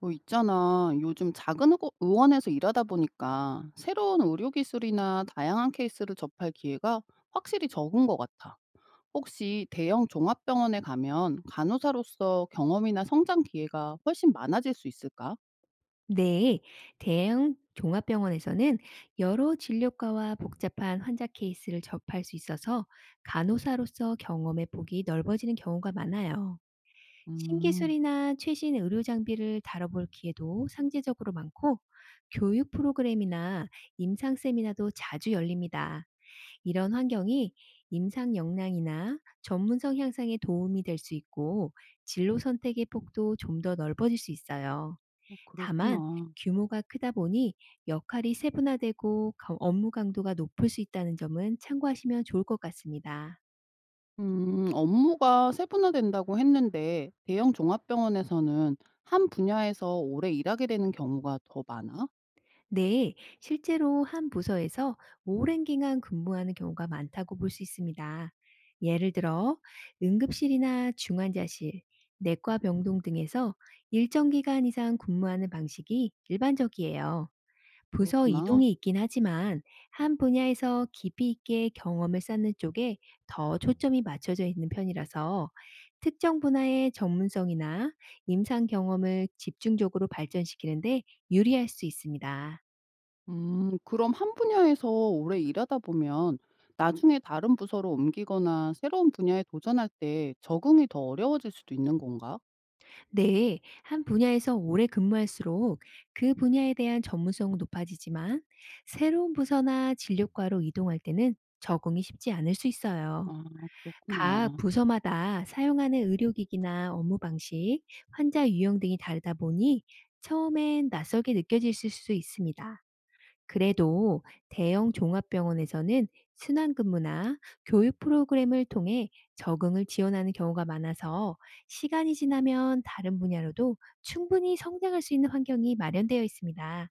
뭐 있잖아. 요즘 작은 의 의원에서 일하다 보니까 새로운 의료 기술이나 다양한 케이스를 접할 기회가 확실히 적은 것 같아. 혹시 대형 종합병원에 가면 간호사로서 경험이나 성장 기회가 훨씬 많아질 수 있을까? 네, 대형 종합병원에서는 여러 진료과와 복잡한 환자 케이스를 접할 수 있어서 간호사로서 경험의 폭이 넓어지는 경우가 많아요. 음, 신기술이나 최신 의료 장비를 다뤄볼 기회도 상대적으로 많고, 교육 프로그램이나 임상 세미나도 자주 열립니다. 이런 환경이 임상 역량이나 전문성 향상에 도움이 될 수 있고, 진로 선택의 폭도 좀 더 넓어질 수 있어요. 어, 다만 그렇구나. 규모가 크다 보니 역할이 세분화되고 업무 강도가 높을 수 있다는 점은 참고하시면 좋을 것 같습니다. 업무가 세분화된다고 했는데 대형 종합병원에서는 한 분야에서 오래 일하게 되는 경우가 더 많아? 네, 실제로 한 부서에서 오랜 기간 근무하는 경우가 많다고 볼 수 있습니다. 예를 들어 응급실이나 중환자실, 내과 병동 등에서 일정 기간 이상 근무하는 방식이 일반적이에요. 부서 그렇구나. 이동이 있긴 하지만, 한 분야에서 깊이 있게 경험을 쌓는 쪽에 더 초점이 맞춰져 있는 편이라서 특정 분야의 전문성이나 임상 경험을 집중적으로 발전시키는데 유리할 수 있습니다. 그럼 한 분야에서 오래 일하다 보면 나중에 다른 부서로 옮기거나 새로운 분야에 도전할 때 적응이 더 어려워질 수도 있는 건가? 네, 한 분야에서 오래 근무할수록 그 분야에 대한 전문성은 높아지지만, 새로운 부서나 진료과로 이동할 때는 적응이 쉽지 않을 수 있어요. 아, 각 그렇구나. 부서마다 사용하는 의료기기나 업무 방식, 환자 유형 등이 다르다 보니 처음엔 낯설게 느껴질 수 있습니다. 그래도 대형 종합병원에서는 순환근무나 교육 프로그램을 통해 적응을 지원하는 경우가 많아서, 시간이 지나면 다른 분야로도 충분히 성장할 수 있는 환경이 마련되어 있습니다.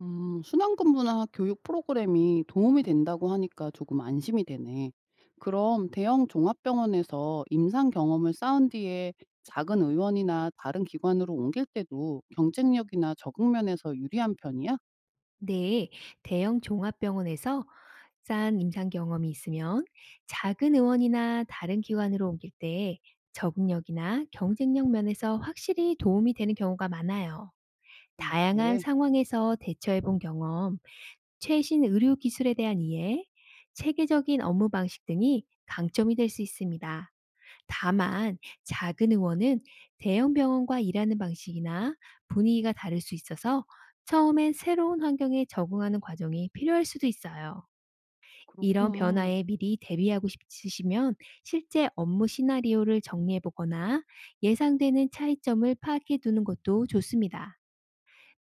순환근무나 교육 프로그램이 도움이 된다고 하니까 조금 안심이 되네. 그럼 대형 종합병원에서 임상 경험을 쌓은 뒤에 작은 의원이나 다른 기관으로 옮길 때도 경쟁력이나 적응 면에서 유리한 편이야? 네, 대형 종합병원에서 쌓은 임상 경험이 있으면 작은 의원이나 다른 기관으로 옮길 때 적응력이나 경쟁력 면에서 확실히 도움이 되는 경우가 많아요. 아, 다양한 그래. 상황에서 대처해 본 경험, 최신 의료 기술에 대한 이해, 체계적인 업무 방식 등이 강점이 될 수 있습니다. 다만, 작은 의원은 대형 병원과 일하는 방식이나 분위기가 다를 수 있어서 처음엔 새로운 환경에 적응하는 과정이 필요할 수도 있어요. 이런 그렇구나. 변화에 미리 대비하고 싶으시면 실제 업무 시나리오를 정리해 보거나 예상되는 차이점을 파악해 두는 것도 좋습니다.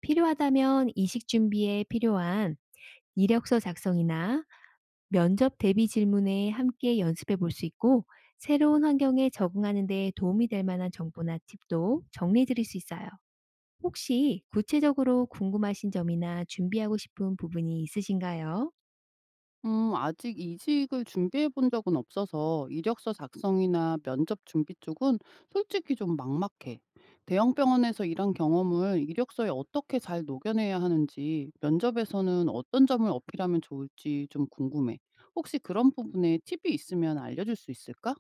필요하다면 이식 준비에 필요한 이력서 작성이나 면접 대비 질문에 함께 연습해 볼 수 있고, 새로운 환경에 적응하는 데 도움이 될 만한 정보나 팁도 정리해 드릴 수 있어요. 혹시 구체적으로 궁금하신 점이나 준비하고 싶은 부분이 있으신가요? 아직 이직을 준비해 본 적은 없어서 이력서 작성이나 면접 준비 쪽은 솔직히 좀 막막해. 대형 병원에서 일한 경험을 이력서에 어떻게 잘 녹여내야 하는지, 면접에서는 어떤 점을 어필하면 좋을지 좀 궁금해. 혹시 그런 부분에 팁이 있으면 알려줄 수 있을까?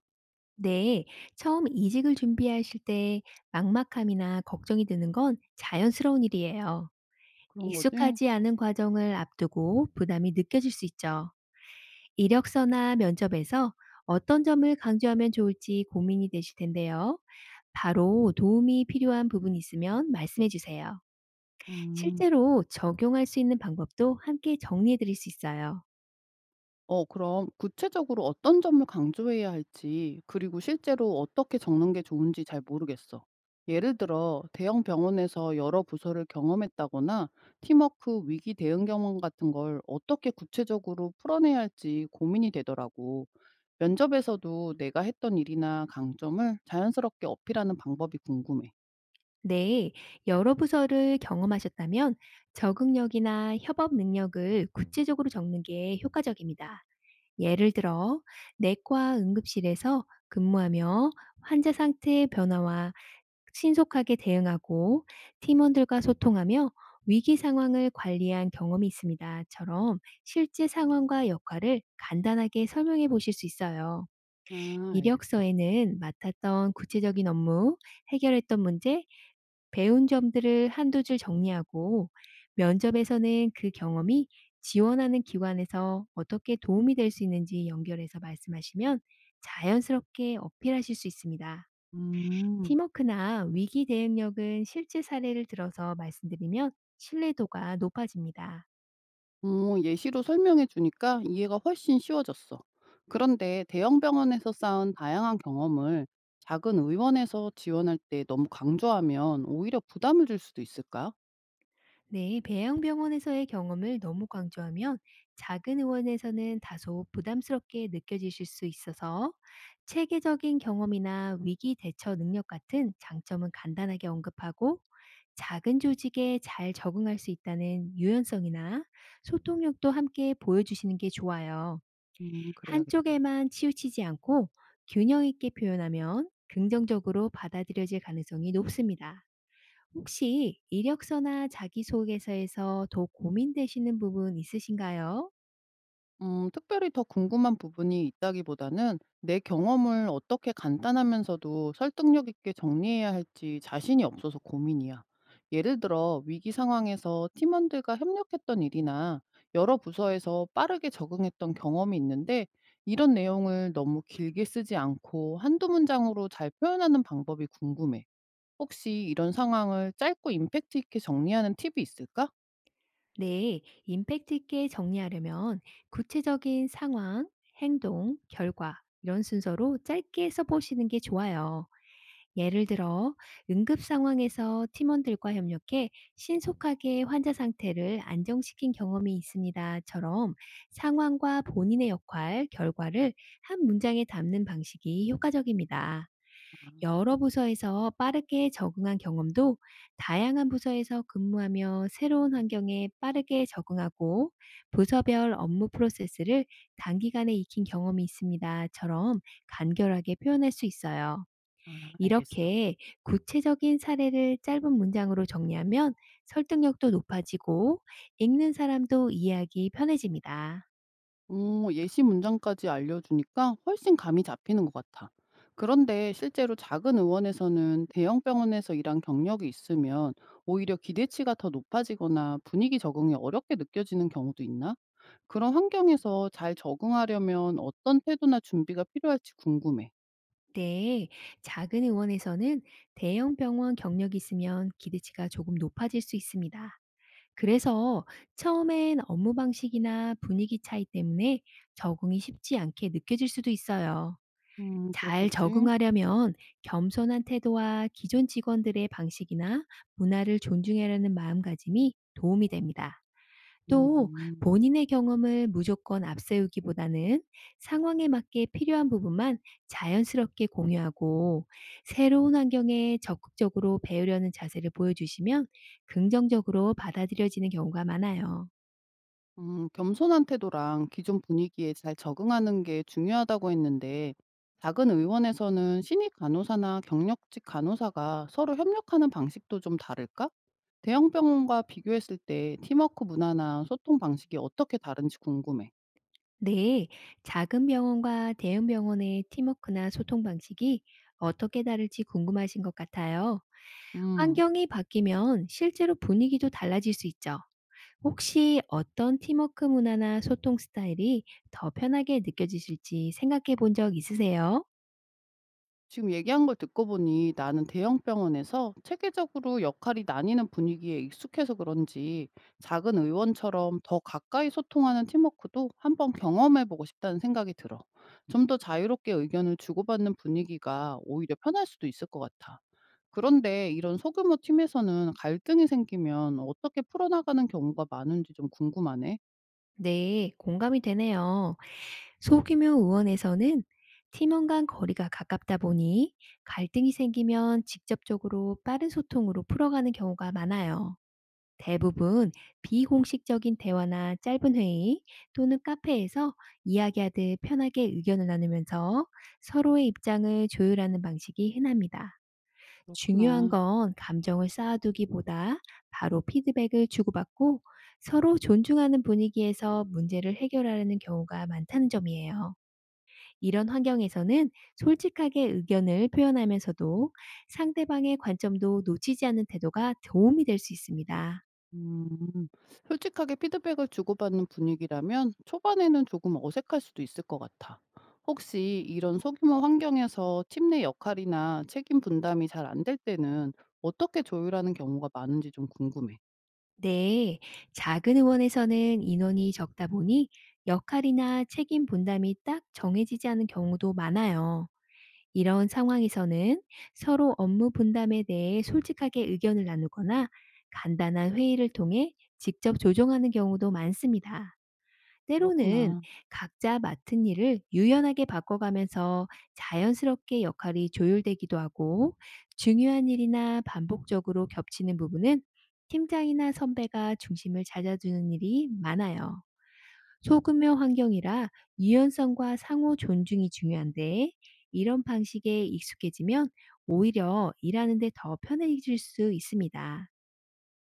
네, 처음 이직을 준비하실 때 막막함이나 걱정이 드는 건 자연스러운 일이에요. 그런 거지? 익숙하지 않은 과정을 앞두고 부담이 느껴질 수 있죠. 이력서나 면접에서 어떤 점을 강조하면 좋을지 고민이 되실 텐데요. 바로 도움이 필요한 부분이 있으면 말씀해 주세요. 음. 실제로 적용할 수 있는 방법도 함께 정리해 드릴 수 있어요. 그럼 구체적으로 어떤 점을 강조해야 할지, 그리고 실제로 어떻게 적는 게 좋은지 잘 모르겠어. 예를 들어, 대형 병원에서 여러 부서를 경험했다거나 팀워크 위기 대응 경험 같은 걸 어떻게 구체적으로 풀어내야 할지 고민이 되더라고. 면접에서도 내가 했던 일이나 강점을 자연스럽게 어필하는 방법이 궁금해. 네, 여러 부서를 경험하셨다면 적응력이나 협업 능력을 구체적으로 적는 게 효과적입니다. 예를 들어, 내과 응급실에서 근무하며 환자 상태의 변화와 신속하게 대응하고 팀원들과 소통하며 위기 상황을 관리한 경험이 있습니다.처럼 실제 상황과 역할을 간단하게 설명해 보실 수 있어요. 아, 알겠어. 이력서에는 맡았던 구체적인 업무, 해결했던 문제, 배운 점들을 한두 줄 정리하고, 면접에서는 그 경험이 지원하는 기관에서 어떻게 도움이 될 수 있는지 연결해서 말씀하시면 자연스럽게 어필하실 수 있습니다. 음. 팀워크나 위기 대응력은 실제 사례를 들어서 말씀드리면 신뢰도가 높아집니다. 어, 예시로 설명해 주니까 이해가 훨씬 쉬워졌어. 그런데 대형 병원에서 쌓은 다양한 경험을 작은 의원에서 지원할 때 너무 강조하면 오히려 부담을 줄 수도 있을까? 네, 배양병원에서의 경험을 너무 강조하면 작은 의원에서는 다소 부담스럽게 느껴지실 수 있어서, 체계적인 경험이나 위기 대처 능력 같은 장점은 간단하게 언급하고, 작은 조직에 잘 적응할 수 있다는 유연성이나 소통력도 함께 보여주시는 게 좋아요. 그래야겠다. 한쪽에만 치우치지 않고 균형 있게 표현하면 긍정적으로 받아들여질 가능성이 높습니다. 혹시 이력서나 자기소개서에서 더 고민되시는 부분 있으신가요? 특별히 더 궁금한 부분이 있다기보다는 내 경험을 어떻게 간단하면서도 설득력 있게 정리해야 할지 자신이 없어서 고민이야. 예를 들어 위기 상황에서 팀원들과 협력했던 일이나 여러 부서에서 빠르게 적응했던 경험이 있는데 이런 내용을 너무 길게 쓰지 않고 한두 문장으로 잘 표현하는 방법이 궁금해. 혹시 이런 상황을 짧고 임팩트 있게 정리하는 팁이 있을까? 네, 임팩트 있게 정리하려면 구체적인 상황, 행동, 결과 이런 순서로 짧게 써보시는 게 좋아요. 예를 들어, 응급 상황에서 팀원들과 협력해 신속하게 환자 상태를 안정시킨 경험이 있습니다.처럼 상황과 본인의 역할, 결과를 한 문장에 담는 방식이 효과적입니다. 아, 여러 부서에서 빠르게 적응한 경험도 다양한 부서에서 근무하며 새로운 환경에 빠르게 적응하고 부서별 업무 프로세스를 단기간에 익힌 경험이 있습니다.처럼 간결하게 표현할 수 있어요. 알겠어. 이렇게 구체적인 사례를 짧은 문장으로 정리하면 설득력도 높아지고 읽는 사람도 이해하기 편해집니다. 오, 예시 문장까지 알려주니까 훨씬 감이 잡히는 것 같아. 그런데 실제로 작은 의원에서는 대형 병원에서 일한 경력이 있으면 오히려 기대치가 더 높아지거나 분위기 적응이 어렵게 느껴지는 경우도 있나? 그런 환경에서 잘 적응하려면 어떤 태도나 준비가 필요할지 궁금해. 네, 작은 의원에서는 대형 병원 경력이 있으면 기대치가 조금 높아질 수 있습니다. 그래서 처음엔 업무 방식이나 분위기 차이 때문에 적응이 쉽지 않게 느껴질 수도 있어요. 잘 그렇겠지? 적응하려면 겸손한 태도와 기존 직원들의 방식이나 문화를 존중하려는 마음가짐이 도움이 됩니다. 또 음. 본인의 경험을 무조건 앞세우기보다는 상황에 맞게 필요한 부분만 자연스럽게 공유하고, 새로운 환경에 적극적으로 배우려는 자세를 보여주시면 긍정적으로 받아들여지는 경우가 많아요. 겸손한 태도랑 기존 분위기에 잘 적응하는 게 중요하다고 했는데, 작은 의원에서는 신입 간호사나 경력직 간호사가 서로 협력하는 방식도 좀 다를까? 대형 병원과 비교했을 때 팀워크 문화나 소통 방식이 어떻게 다른지 궁금해. 네, 작은 병원과 대형 병원의 팀워크나 소통 방식이 어떻게 다를지 궁금하신 것 같아요. 음. 환경이 바뀌면 실제로 분위기도 달라질 수 있죠. 혹시 어떤 팀워크 문화나 소통 스타일이 더 편하게 느껴지실지 생각해 본 적 있으세요? 지금 얘기한 걸 듣고 보니 나는 대형 병원에서 체계적으로 역할이 나뉘는 분위기에 익숙해서 그런지 작은 의원처럼 더 가까이 소통하는 팀워크도 한번 경험해보고 싶다는 생각이 들어. 좀 더 자유롭게 의견을 주고받는 분위기가 오히려 편할 수도 있을 것 같아. 그런데 이런 소규모 팀에서는 갈등이 생기면 어떻게 풀어나가는 경우가 많은지 좀 궁금하네. 네, 공감이 되네요. 소규모 의원에서는 팀원 간 거리가 가깝다 보니 갈등이 생기면 직접적으로 빠른 소통으로 풀어가는 경우가 많아요. 대부분 비공식적인 대화나 짧은 회의, 또는 카페에서 이야기하듯 편하게 의견을 나누면서 서로의 입장을 조율하는 방식이 흔합니다. 중요한 그렇구나. 건 감정을 쌓아두기보다 바로 피드백을 주고받고 서로 존중하는 분위기에서 문제를 해결하려는 경우가 많다는 점이에요. 이런 환경에서는 솔직하게 의견을 표현하면서도 상대방의 관점도 놓치지 않는 태도가 도움이 될 수 있습니다. 음. 솔직하게 피드백을 주고받는 분위기라면 초반에는 조금 어색할 수도 있을 것 같아. 혹시 이런 소규모 환경에서 팀 내 역할이나 책임 분담이 잘 안 될 때는 어떻게 조율하는 경우가 많은지 좀 궁금해. 네, 작은 의원에서는 인원이 적다 보니 역할이나 책임 분담이 딱 정해지지 않은 경우도 많아요. 이런 상황에서는 서로 업무 분담에 대해 솔직하게 의견을 나누거나 간단한 회의를 통해 직접 조정하는 경우도 많습니다. 때로는 그렇구나. 각자 맡은 일을 유연하게 바꿔가면서 자연스럽게 역할이 조율되기도 하고, 중요한 일이나 반복적으로 겹치는 부분은 팀장이나 선배가 중심을 찾아주는 일이 많아요. 소규모 환경이라 유연성과 상호 존중이 중요한데, 이런 방식에 익숙해지면 오히려 일하는 데 더 편해질 수 있습니다.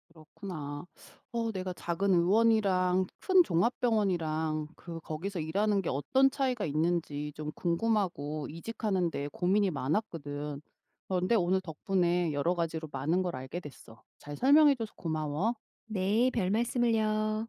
그렇구나. 내가 작은 의원이랑 큰 종합병원이랑 거기서 일하는 게 어떤 차이가 있는지 좀 궁금하고 이직하는 데 고민이 많았거든. 그런데 오늘 덕분에 여러 가지로 많은 걸 알게 됐어. 잘 설명해 줘서 고마워. 네, 별 말씀을요.